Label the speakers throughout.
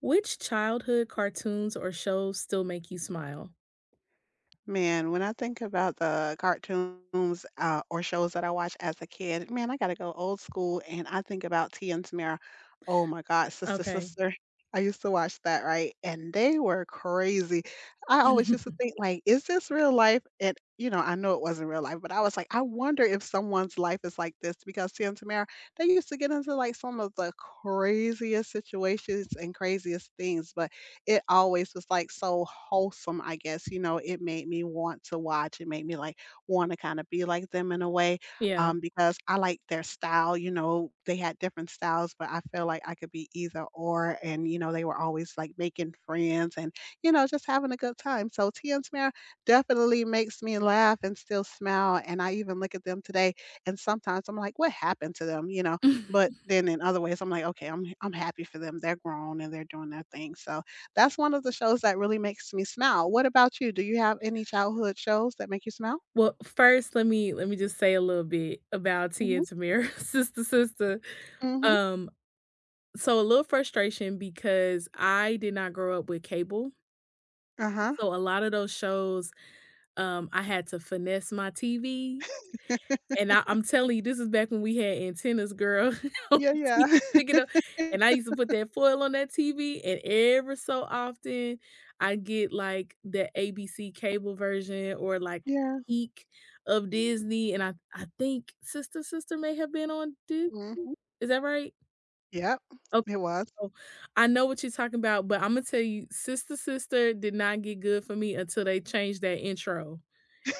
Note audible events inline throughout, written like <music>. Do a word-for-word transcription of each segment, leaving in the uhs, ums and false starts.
Speaker 1: Which childhood cartoons or shows still make you smile?
Speaker 2: Man, when I think about the cartoons, uh, or shows that I watched as a kid, man, I gotta go old school, and I think about T and Tamara. Oh my god, Sister
Speaker 1: Okay.
Speaker 2: Sister. I used to watch that, right? And they were crazy. I always used to
Speaker 1: <laughs>
Speaker 2: think like, "Is this real life?" And, you know, I know it wasn't real life, but I was like, "I wonder if someone's life is like this," because T and Tamara they used to get into, like, some of the craziest situations and craziest things, but it always was, like, so wholesome, I guess, you know, it made me want to watch, it made me, like, wanna kinda be like them in a way,
Speaker 1: Yeah.
Speaker 2: um, because I like their style, you know, they had different styles, but I feel like I could be either or, and, you know, they were always, like, making friends and, you know, just having a good time, so Tia and Tamera definitely makes me laugh and still smile, and I even look at them today, and sometimes I'm like, "What happened to them?" You know? But
Speaker 1: <laughs>
Speaker 2: then in other ways, I'm like, "Okay, I'm I'm happy for them, they're grown and they're doing their thing," so that's one of the shows that really makes me smile. What about you? Do you have any childhood shows that make you smile?
Speaker 1: Well, first, let me let me just say a little bit about Tia
Speaker 2: Mhm,
Speaker 1: and Tamir, <laughs> Sister Sister.
Speaker 2: mhm.
Speaker 1: Um, so a little frustration because I did not grow up with cable.
Speaker 2: Uh-huh.
Speaker 1: So a lot of those shows, um, I had to finesse my T V. And I I'm telling you, this is back when we had antennas, girl, <laughs> on
Speaker 2: Yeah,
Speaker 1: the
Speaker 2: yeah.
Speaker 1: T V sticking up, and I
Speaker 2: <laughs>
Speaker 1: used to put that foil on that T V, and ever so often, I get, like, the A B C cable version or, like,
Speaker 2: Yeah.
Speaker 1: peak of Disney, and I I think Sister Sister may have been on Disney.
Speaker 2: Mhm.
Speaker 1: Is that right?
Speaker 2: Yep,
Speaker 1: Okay,
Speaker 2: it was.
Speaker 1: so I know what you're talking about, but Imma tell you, Sister Sister did not get good for me until they changed that intro,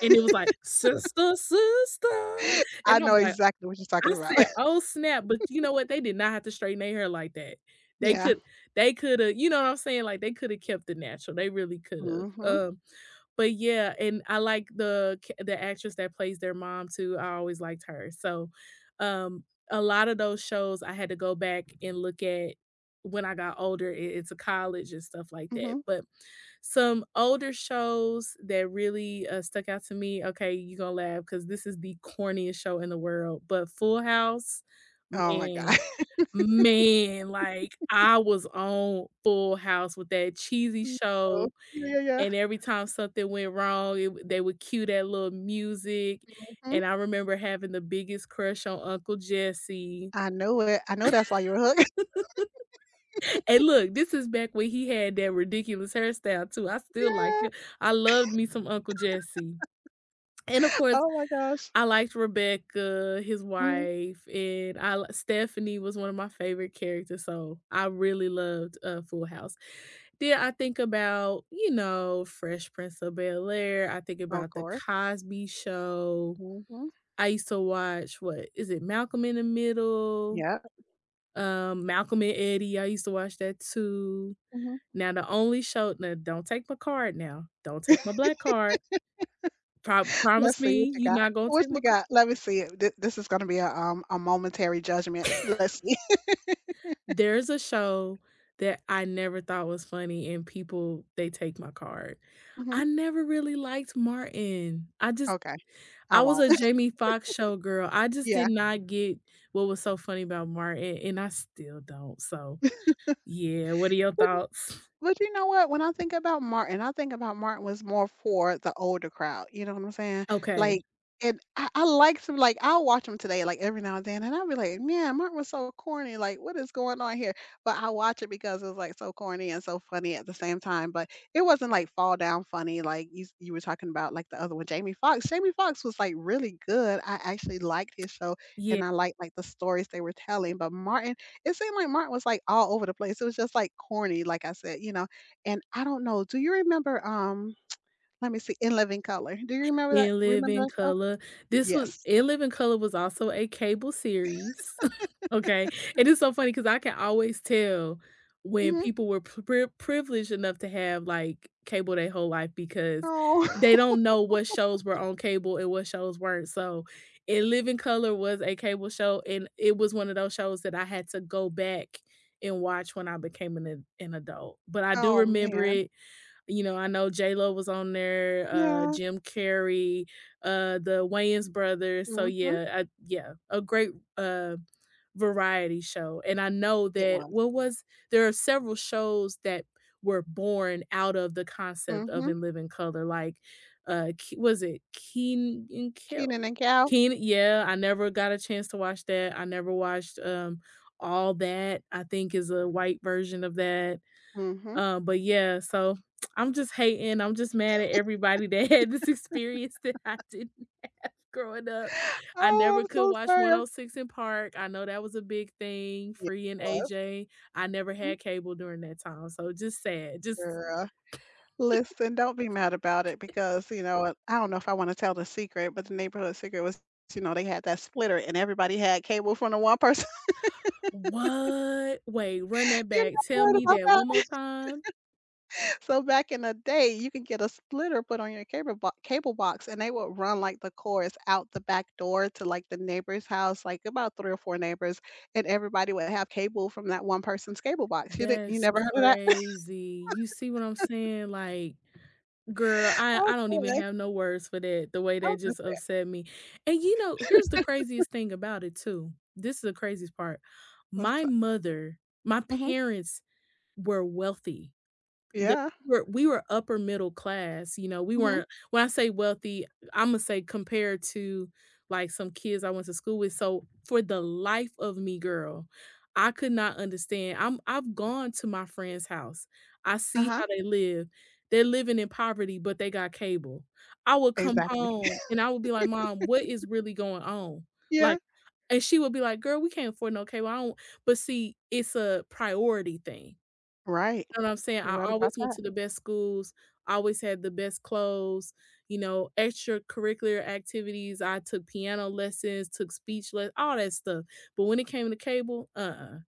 Speaker 1: and it was like, "Sister, sister,"
Speaker 2: I
Speaker 1: and I
Speaker 2: know
Speaker 1: was like
Speaker 2: exactly what you're talking
Speaker 1: I
Speaker 2: about.
Speaker 1: said,
Speaker 2: <laughs>
Speaker 1: "Oh, snap," but you know what? They did not have to straighten their hair like that. They
Speaker 2: Yeah.
Speaker 1: could they coulda you know what I'm saying? Like, they coulda kept the natural, they really could've.
Speaker 2: Mhm,
Speaker 1: Um, but yeah, and I like the ca the actress that plays their mom too, I always liked her. So, um, a lot of those shows I had to go back and look at when I got older I into college and stuff like that,
Speaker 2: mhm.
Speaker 1: but some older shows that really, uh, stuck out to me okay, you gonna laugh laugh because this is the corniest show in the world, but Full House,
Speaker 2: Oh my god.
Speaker 1: man, man, like, I was on Full House with that
Speaker 2: <laughs>
Speaker 1: cheesy
Speaker 2: No.
Speaker 1: show,
Speaker 2: Yeah, yeah, yeah.
Speaker 1: and every time something went wrong, it would they would cue that little music,
Speaker 2: Mhm.
Speaker 1: and I remember having the biggest crush on Uncle Jesse.
Speaker 2: I know it. I know that's why you're hooked. <laughs>
Speaker 1: And look, this is back when he had that ridiculous hairstyle too, I still like
Speaker 2: Yeah.
Speaker 1: it. I loved me some Uncle Jesse. And of course,
Speaker 2: Oh my gosh.
Speaker 1: I liked Rebecca, his
Speaker 2: Mhm.
Speaker 1: wife, and I li Stephanie was one of my favorite characters, so I really loved, uh, Full House. Then I think about, you know, Fresh Prince of Bel-Air, I think
Speaker 2: Of
Speaker 1: about The
Speaker 2: course.
Speaker 1: Cosby Show.
Speaker 2: Mhm.
Speaker 1: I used to watch what is it, Malcolm in the Middle?
Speaker 2: Yeah.
Speaker 1: Um, Malcolm and Eddie, I used to watch that too.
Speaker 2: Mhm.
Speaker 1: Now the only show now don't take my card now, don't take my black card. Prob
Speaker 2: Let's
Speaker 1: Promise
Speaker 2: see
Speaker 1: me
Speaker 2: what you
Speaker 1: you're
Speaker 2: got.
Speaker 1: not gonna
Speaker 2: What
Speaker 1: take my.
Speaker 2: you got? Let me see. Th- This is gonna be a um a momentary judgment. Let's see.
Speaker 1: There's a show that I never thought was funny, and people they take my card.
Speaker 2: <laughs> Hmm.
Speaker 1: I never really liked Martin. I just
Speaker 2: Okay, I
Speaker 1: I was
Speaker 2: won't.
Speaker 1: a
Speaker 2: <laughs>
Speaker 1: Jamie Foxx show girl. I just did
Speaker 2: Yeah.
Speaker 1: not get what was so funny about Martin, and I still don't. So, yeah, what are your thoughts?
Speaker 2: But you know what? When I think about Martin, I think about Martin was more for the older crowd, you know what I'm saying?
Speaker 1: Okay.
Speaker 2: Like, and I, I like some, like, I'll watch him today, like, every now and then, and I'll be like, man, Martin was so corny. Like, what is going on here? But I watch it because it was, like, so corny and so funny at the same time. But it wasn't, like, fall down funny, like you, s- you were talking about, like, the other one, Jamie Foxx. Jamie Foxx was, like, really good. I actually liked his show,
Speaker 1: Yeah.
Speaker 2: and I liked, like, the stories they were telling. But Martin, it seemed like Martin was, like, all over the place. It was just, like, corny, like I said, you know? And I don't know, do you remember, um, let me see, In Living Color? Do you remember that
Speaker 1: In
Speaker 2: remember
Speaker 1: Living
Speaker 2: that show?
Speaker 1: Color. This was
Speaker 2: Yes.
Speaker 1: In Living Color was also a cable series, <laughs> okay? And it's so funny because I can always tell when
Speaker 2: Mhm.
Speaker 1: people were pri privileged enough to have, like, cable their whole life because they
Speaker 2: Oh.
Speaker 1: don't
Speaker 2: <laughs>
Speaker 1: know what shows were on cable and what shows weren't, so In Living Color was a cable show, and it was one of those shows that I had to go back and watch when I became an ad an adult, but I do
Speaker 2: Oh,
Speaker 1: remember
Speaker 2: man.
Speaker 1: it you know, I know J-Lo was on there, uh,
Speaker 2: Yeah.
Speaker 1: Jim Carrey, uh, the Wayans brothers, so
Speaker 2: Mhm.
Speaker 1: yeah, I yeah, a great, uh, variety show, and I know
Speaker 2: It
Speaker 1: that
Speaker 2: was.
Speaker 1: what was there are several shows that were born out of the concept of
Speaker 2: Mhm.
Speaker 1: In Living Color, like, uh, K was it Keen and Kel
Speaker 2: Keenan and Cal.
Speaker 1: Keen yeah, I never got a chance to watch that, I never watched, um, All That, I think is a white version of that.
Speaker 2: Mhm.
Speaker 1: Uh, but yeah, so I'm just hating, I'm just mad at everybody <laughs> that had this experience that I didn't <laughs> growing up. I
Speaker 2: Oh,
Speaker 1: never
Speaker 2: I'm
Speaker 1: could
Speaker 2: so
Speaker 1: watch
Speaker 2: sorry. I'm
Speaker 1: one oh six in Park, I know that was a big thing,
Speaker 2: Yeah,
Speaker 1: Free
Speaker 2: it
Speaker 1: and
Speaker 2: was.
Speaker 1: A J. I never
Speaker 2: Mhm.
Speaker 1: had cable during that time, so just sad, just
Speaker 2: Girl, listen, don't be mad about it because, you know, I don't know if I wanna tell the secret, but the neighborhood secret was, you know, they had that splitter and everybody had cable from the one person.
Speaker 1: what? Wait, run that
Speaker 2: You're
Speaker 1: back,
Speaker 2: not
Speaker 1: tell
Speaker 2: worried
Speaker 1: me
Speaker 2: about
Speaker 1: that
Speaker 2: that?
Speaker 1: one more
Speaker 2: <laughs>
Speaker 1: time?
Speaker 2: So back in the day, you could get a splitter put on your cable bo cable box, and they would run, like, the cords out the back door to, like, the neighbor's house, like, about three or four neighbors, and everybody would have cable from that one person's cable box. You didn't you
Speaker 1: That's
Speaker 2: never heard of that?
Speaker 1: crazy, you see what I'm saying? Like Girl,
Speaker 2: <laughs>
Speaker 1: I I don't even
Speaker 2: Okay.
Speaker 1: have no words for that, the way
Speaker 2: Oh,
Speaker 1: that
Speaker 2: that's
Speaker 1: just
Speaker 2: it.
Speaker 1: upset me. And, you know, here's the craziest thing about it too. This is the craziest part.
Speaker 2: What's
Speaker 1: My
Speaker 2: up?
Speaker 1: mother my
Speaker 2: Mhm.
Speaker 1: parents were wealthy. They
Speaker 2: Yeah.
Speaker 1: were we were upper middle class, you know, we
Speaker 2: Mhm.
Speaker 1: weren't when I say wealthy, Imma say compared to, like, some kids I went to school with, so for the life of me, girl, I could not understand. I'm I've gone to my friend's house. I see
Speaker 2: Uh-huh.
Speaker 1: how they live. They're living in poverty, but they got cable. I would come
Speaker 2: Exactly.
Speaker 1: home and I would be like, "Mom, what is really going on?" Like
Speaker 2: Yeah.
Speaker 1: and she would be like, "Girl, we can't afford no cable, I don't" but see, it's a priority thing
Speaker 2: Right.
Speaker 1: know what I'm saying?
Speaker 2: You're
Speaker 1: I
Speaker 2: right
Speaker 1: always
Speaker 2: about
Speaker 1: went
Speaker 2: that.
Speaker 1: to the best schools, always had the best clothes, you know, extracurricular activities. I took piano lessons, took speech less all that stuff. But when it came to cable, uh-uh.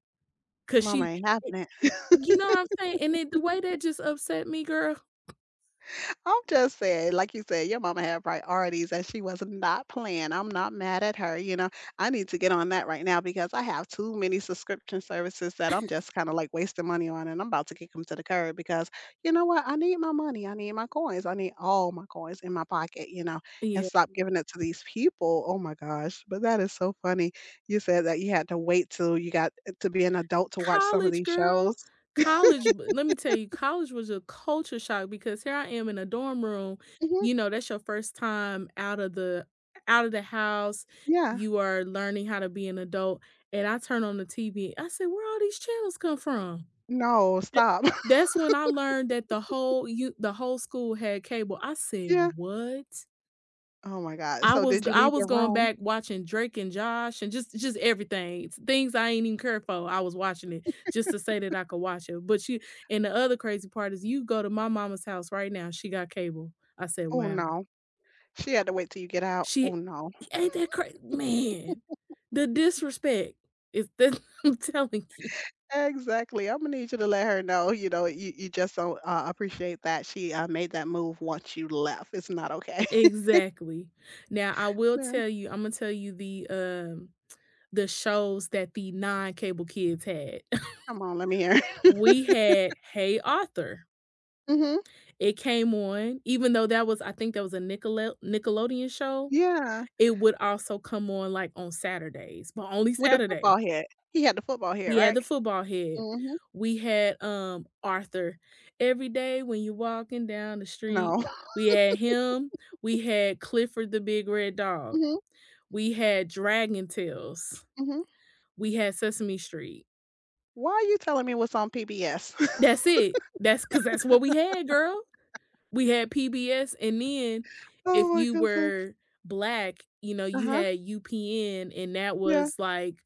Speaker 1: cause
Speaker 2: Mama
Speaker 1: she
Speaker 2: ain't having it.
Speaker 1: You know what I'm saying? And it the way that just upset me, girl.
Speaker 2: I'm just saying, like you said, your mama had priorities and she was not playing. I'm not mad at her. You know, I need to get on that right now because I have too many subscription services that I'm just kind of like wasting money on and I'm about to kick them to the curb because you know what? I need my money. I need my coins. I need all my coins in my pocket, you know, and
Speaker 1: Yeah.
Speaker 2: stop giving it to these people. Oh my gosh. But that is so funny. You said that you had to wait till you got to be an adult to watch some of
Speaker 1: College,
Speaker 2: these
Speaker 1: girl.
Speaker 2: shows.
Speaker 1: College b Let me tell you, college was a culture shock because here I am in a dorm room,
Speaker 2: Hmm.
Speaker 1: you know, that's your first time out of the out of the house,
Speaker 2: Yeah.
Speaker 1: you are learning how to be an adult, and I turn on the T V, I said, "Where all these channels come from?"
Speaker 2: No,
Speaker 1: Th
Speaker 2: stop. <laughs>
Speaker 1: That's when I learned that the whole you, the whole school had cable. I said,
Speaker 2: Yeah.
Speaker 1: "What?"
Speaker 2: Oh my god.
Speaker 1: I
Speaker 2: So
Speaker 1: was
Speaker 2: did you
Speaker 1: I
Speaker 2: leave
Speaker 1: was
Speaker 2: the
Speaker 1: going
Speaker 2: room?
Speaker 1: back watching Drake and Josh and just just everything. It's things I ain't even care for, I was watching it just to say that I could watch it, but you and the other crazy part is you go to my mama's house right now, she got cable. I said,
Speaker 2: Oh
Speaker 1: "Wow."
Speaker 2: no. She had to wait till you get out. Oh
Speaker 1: She
Speaker 2: no.
Speaker 1: ain't that crazy." Man, the disrespect is that <laughs> I'm telling you.
Speaker 2: Exactly. I'm gonna need you to let her know. You know, you, you just don't uh, appreciate that she uh, made that move once you left. It's not okay.
Speaker 1: Exactly. Now I
Speaker 2: <laughs>
Speaker 1: will
Speaker 2: Man,
Speaker 1: tell you Imma tell you the, um, the shows that the non-cable kids had. <laughs>
Speaker 2: come on, let me hear.
Speaker 1: We had Hey Arthur.
Speaker 2: <laughs> Hmm.
Speaker 1: It came on, even though that was I think that was a Nickelel Nickelodeon show,
Speaker 2: Yeah,
Speaker 1: it would also come on, like, on Saturdays, but only
Speaker 2: with the
Speaker 1: Saturday.
Speaker 2: football head. He had the football head,
Speaker 1: He had
Speaker 2: right?
Speaker 1: the football head.
Speaker 2: Hmm.
Speaker 1: We had, um, Arthur. Every day when you're walking down the street,
Speaker 2: No.
Speaker 1: we had him, we had Clifford the Big Red
Speaker 2: <laughs>
Speaker 1: Dog,
Speaker 2: Hmm.
Speaker 1: we had Dragon Tales,
Speaker 2: Hmm.
Speaker 1: we had Sesame Street.
Speaker 2: Why are you telling me what's on P B S?
Speaker 1: That's it. That's because that's what we had, girl. We had P B S, and then
Speaker 2: <laughs>
Speaker 1: if
Speaker 2: Oh my
Speaker 1: you
Speaker 2: goodness.
Speaker 1: were Black, you know,
Speaker 2: Uh
Speaker 1: you
Speaker 2: huh.
Speaker 1: had U P N, and that
Speaker 2: Yeah.
Speaker 1: was like,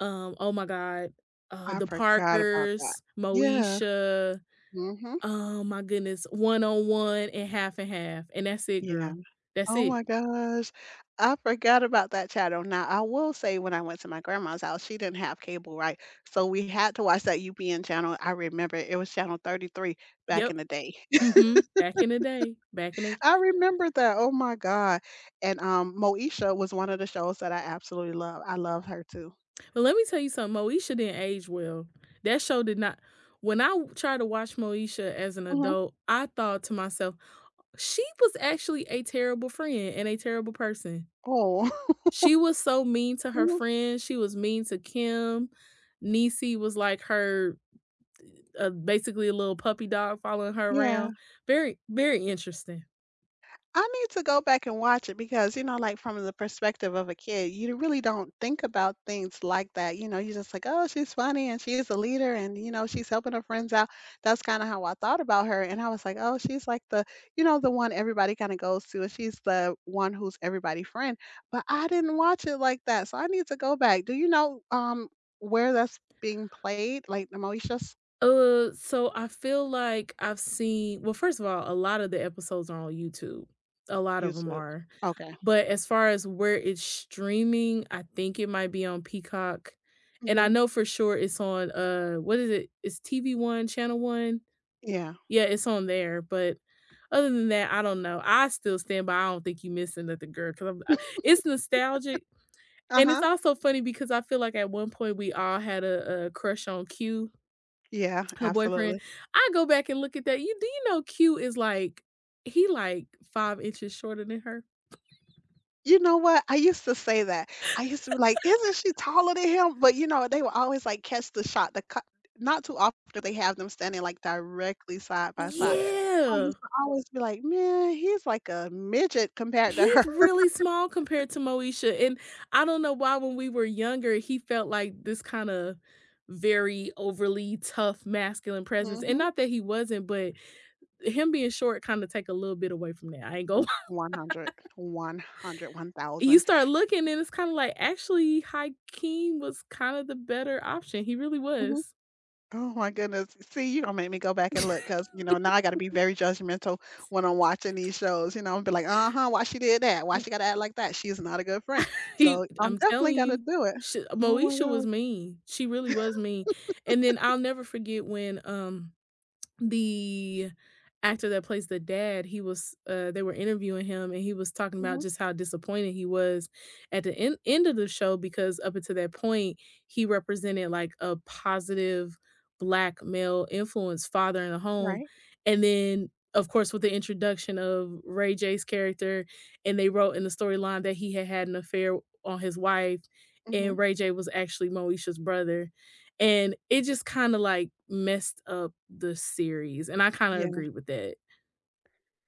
Speaker 1: um, oh my god, uh,
Speaker 2: I
Speaker 1: The
Speaker 2: forgot about that.
Speaker 1: Parkers,
Speaker 2: Yeah.
Speaker 1: Moesha,
Speaker 2: Hmm.
Speaker 1: oh my goodness, One on One, and Half and Half, and that's it, girl.
Speaker 2: Yeah.
Speaker 1: That's
Speaker 2: Oh
Speaker 1: it.
Speaker 2: my gosh. I forgot about that channel. Now, I will say when I went to my grandma's house, she didn't have cable, right? So we had to watch that U P N channel. I remember it was channel thirty-three back
Speaker 1: Yep.
Speaker 2: in the day. <laughs>
Speaker 1: Mhm. Back in the day. Back in the.
Speaker 2: I remember that. Oh my God. And um Moesha was one of the shows that I absolutely love. I love her too.
Speaker 1: But let me tell you something, Moesha didn't age well. That show did not when I w tried to watch Moesha as an
Speaker 2: Hmm.
Speaker 1: adult, I thought to myself, she was actually a terrible friend and a terrible person.
Speaker 2: Oh. <laughs>
Speaker 1: She was so mean to her
Speaker 2: Mhm.
Speaker 1: friends, she was mean to Kim. Niecy was like her, uh, basically a little puppy dog following her
Speaker 2: Yeah.
Speaker 1: around. Very, very interesting.
Speaker 2: I need to go back and watch it because, you know, like, from the perspective of a kid, you really don't think about things like that, you know, you're just like, "Oh, she's funny and she's is a leader and, you know, she's helping her friends out." That's kinda how I thought about her, and I was like, "Oh, she's like the you know, the one everybody kinda goes to, and she's the one who's everybody friend," but I didn't watch it like that, so I need to go back. Do you know, um, where that's being played, like, the Mauritius?
Speaker 1: Uh, so I feel like I've seen well, first of all, a lot of the episodes are on YouTube. A lot of them
Speaker 2: YouTube.
Speaker 1: are.
Speaker 2: Okay.
Speaker 1: But as far as where it's streaming, I think it might be on Peacock. And I
Speaker 2: Mhm.
Speaker 1: know for sure it's on uh what is it? It's T V One, Channel One.
Speaker 2: Yeah.
Speaker 1: Yeah, it's on there. But other than that, I don't know. I still stand by. I don't think you missing nothing, girl. Because I'm, it's nostalgic, and it's
Speaker 2: Uh-huh.
Speaker 1: also funny because I feel like at one point we all had a, a crush on Q
Speaker 2: Yeah,
Speaker 1: her boyfriend
Speaker 2: absolutely.
Speaker 1: I go back and look at that. You do you know Q is like he like five inches shorter than her?
Speaker 2: You know what? I used to say that. I used to be like, "Isn't she taller than him?" But, you know, they will always, like, catch the shot, the cut. Not too often do they have them standing, like, directly side by side. I
Speaker 1: Yeah.
Speaker 2: used to always be like, "Man, he's like a midget compared to her."
Speaker 1: He's
Speaker 2: <laughs>
Speaker 1: really small compared to Moesha, and I don't know why when we were younger, he felt like this kinda very overly tough masculine presence, and
Speaker 2: Mhm.
Speaker 1: not that he wasn't, but him being short kinda take a little bit away from that, I ain't gonna lie.
Speaker 2: one hundred.
Speaker 1: <laughs> You start looking and it's kinda like, actually, Hakeem was kinda the better option, he really
Speaker 2: Mhm.
Speaker 1: was.
Speaker 2: Oh my goodness. See, you don't make me go back and look
Speaker 1: <laughs>
Speaker 2: because, you know, now I got to be very judgmental when I'm watching these shows. You know, I'll be like, uh huh, why she did that? Why she got to act like that? She's not a good friend.
Speaker 1: <laughs> He
Speaker 2: So I'm
Speaker 1: I'm
Speaker 2: definitely
Speaker 1: telling
Speaker 2: going to
Speaker 1: you,
Speaker 2: do it.
Speaker 1: sh
Speaker 2: Oh my
Speaker 1: Moesha was
Speaker 2: God.
Speaker 1: mean. She really was mean, and then I'll never forget when, um the actor that plays the dad, he was uh, they were interviewing him, and he was talking about
Speaker 2: Hmm.
Speaker 1: just how disappointed he was at the end end of the show because up until that point, he represented like a positive black male influence father in the home,
Speaker 2: Right.
Speaker 1: and then of course with the introduction of Ray J's character, and they wrote in the storyline that he had had an affair on his wife,
Speaker 2: Hmm.
Speaker 1: and Ray J was actually Moesha's brother. And it just kinda, like, messed up the series, and I kinda agree with that.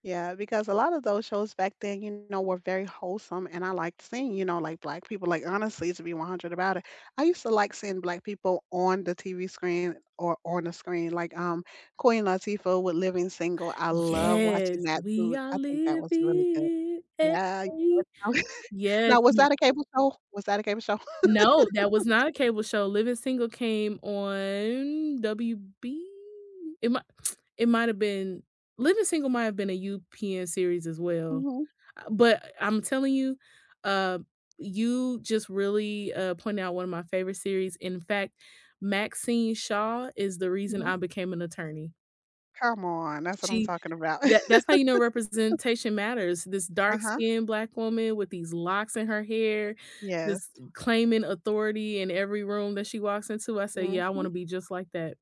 Speaker 2: Yeah, because a lot of those shows back then, you know, were very wholesome and I liked seeing, you know, like black people, like honestly, to be one hundred about it. I used to like seeing black people on the T V screen or on the screen, like um Queen Latifah with Living Single. I love watching
Speaker 1: Yes,
Speaker 2: that
Speaker 1: we
Speaker 2: too.
Speaker 1: are
Speaker 2: I think that was really good.
Speaker 1: living a
Speaker 2: Yeah. You know. <laughs>
Speaker 1: Yes,
Speaker 2: Now, was
Speaker 1: n
Speaker 2: that a cable show? Was that a cable show?
Speaker 1: no, that was not a cable show. Living Single came on W B? It might <tsk> it might have been Living Single might have been a U P N series as
Speaker 2: <laughs>
Speaker 1: well.
Speaker 2: Hmm.
Speaker 1: Uh, but I'm telling you, uh, you just really, uh, pointed out one of my favorite series. In fact, Maxine Shaw is the reason
Speaker 2: Hmm.
Speaker 1: I became an attorney.
Speaker 2: Come on, that's what I'm
Speaker 1: She
Speaker 2: talking about.
Speaker 1: that
Speaker 2: <laughs>
Speaker 1: that's how you know representation matters. This
Speaker 2: Uh-huh.
Speaker 1: dark-skinned Black woman with these locks in her hair,
Speaker 2: Yes.
Speaker 1: just claiming authority in every room that she walks into. I say, "Yeah, I
Speaker 2: Hmm.
Speaker 1: wanna be just like that."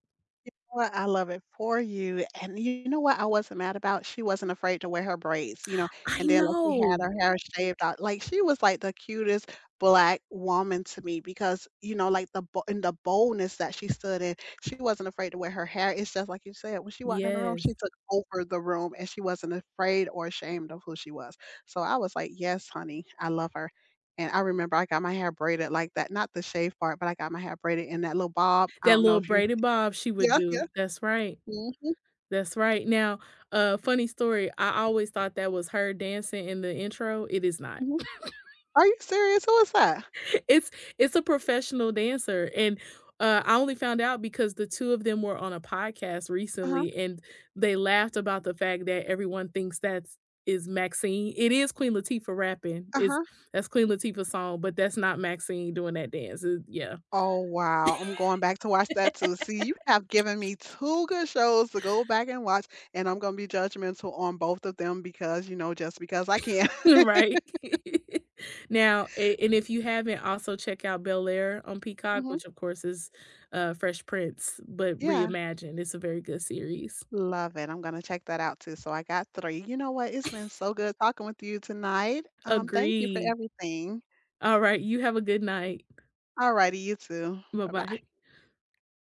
Speaker 2: Well, I love it for you, and you know what I wasn't mad about? She wasn't afraid to wear her braids, you know,
Speaker 1: I
Speaker 2: and then, like, she had
Speaker 1: know.
Speaker 2: her hair shaved out, like, she was, like, the cutest Black woman to me because, you know, like, the bo and the boldness that she stood in, she wasn't afraid to wear her hair, it's just like you said, when she walked in the room, she
Speaker 1: Yes.
Speaker 2: took over the room, and she wasn't afraid or ashamed of who she was, so I was like, "Yes, honey, I love her," and I remember I got my hair braided like that, not the shave part, but I got my hair braided in that little bob, I
Speaker 1: That
Speaker 2: don't know
Speaker 1: little
Speaker 2: if you
Speaker 1: braided bob she would
Speaker 2: Yeah,
Speaker 1: do.
Speaker 2: yeah.
Speaker 1: That's right.
Speaker 2: Mhm,
Speaker 1: That's right. Now, uh, funny story, I always thought that was her dancing in the intro. It is not.
Speaker 2: mhm.
Speaker 1: <laughs>
Speaker 2: Are you serious? Who is that?
Speaker 1: It's it's a professional dancer, and, uh, I only found out because the two of them were on a podcast
Speaker 2: Uh-huh,
Speaker 1: recently, and they laughed about the fact that everyone thinks that's is Maxine. It is Queen Latifah rapping. It's
Speaker 2: uh-huh.
Speaker 1: that's Queen Latifah's song, but that's not Maxine doing that dance. It yeah.
Speaker 2: Oh, wow. I'm going back to watch that too. See, you have given me two good shows to go back and watch, and I'm gonna be judgmental on both of them because, you know, just because I can.
Speaker 1: <laughs>
Speaker 2: <laughs>
Speaker 1: Right? <laughs> Now, a and if you haven't, also check out Bel-Air on Peacock,
Speaker 2: Mhm.
Speaker 1: which, of course, is, uh, Fresh Prince, but
Speaker 2: Yeah,
Speaker 1: reimagined. It's a very good series.
Speaker 2: love it. I'm gonna check that out too. So I got three. You know what? It's been so good talking with you tonight. Um, thank you for
Speaker 1: Agreed.
Speaker 2: everything.
Speaker 1: Alright, you have a good night.
Speaker 2: Alrighty, you too. Bye-bye.
Speaker 1: Bye-bye.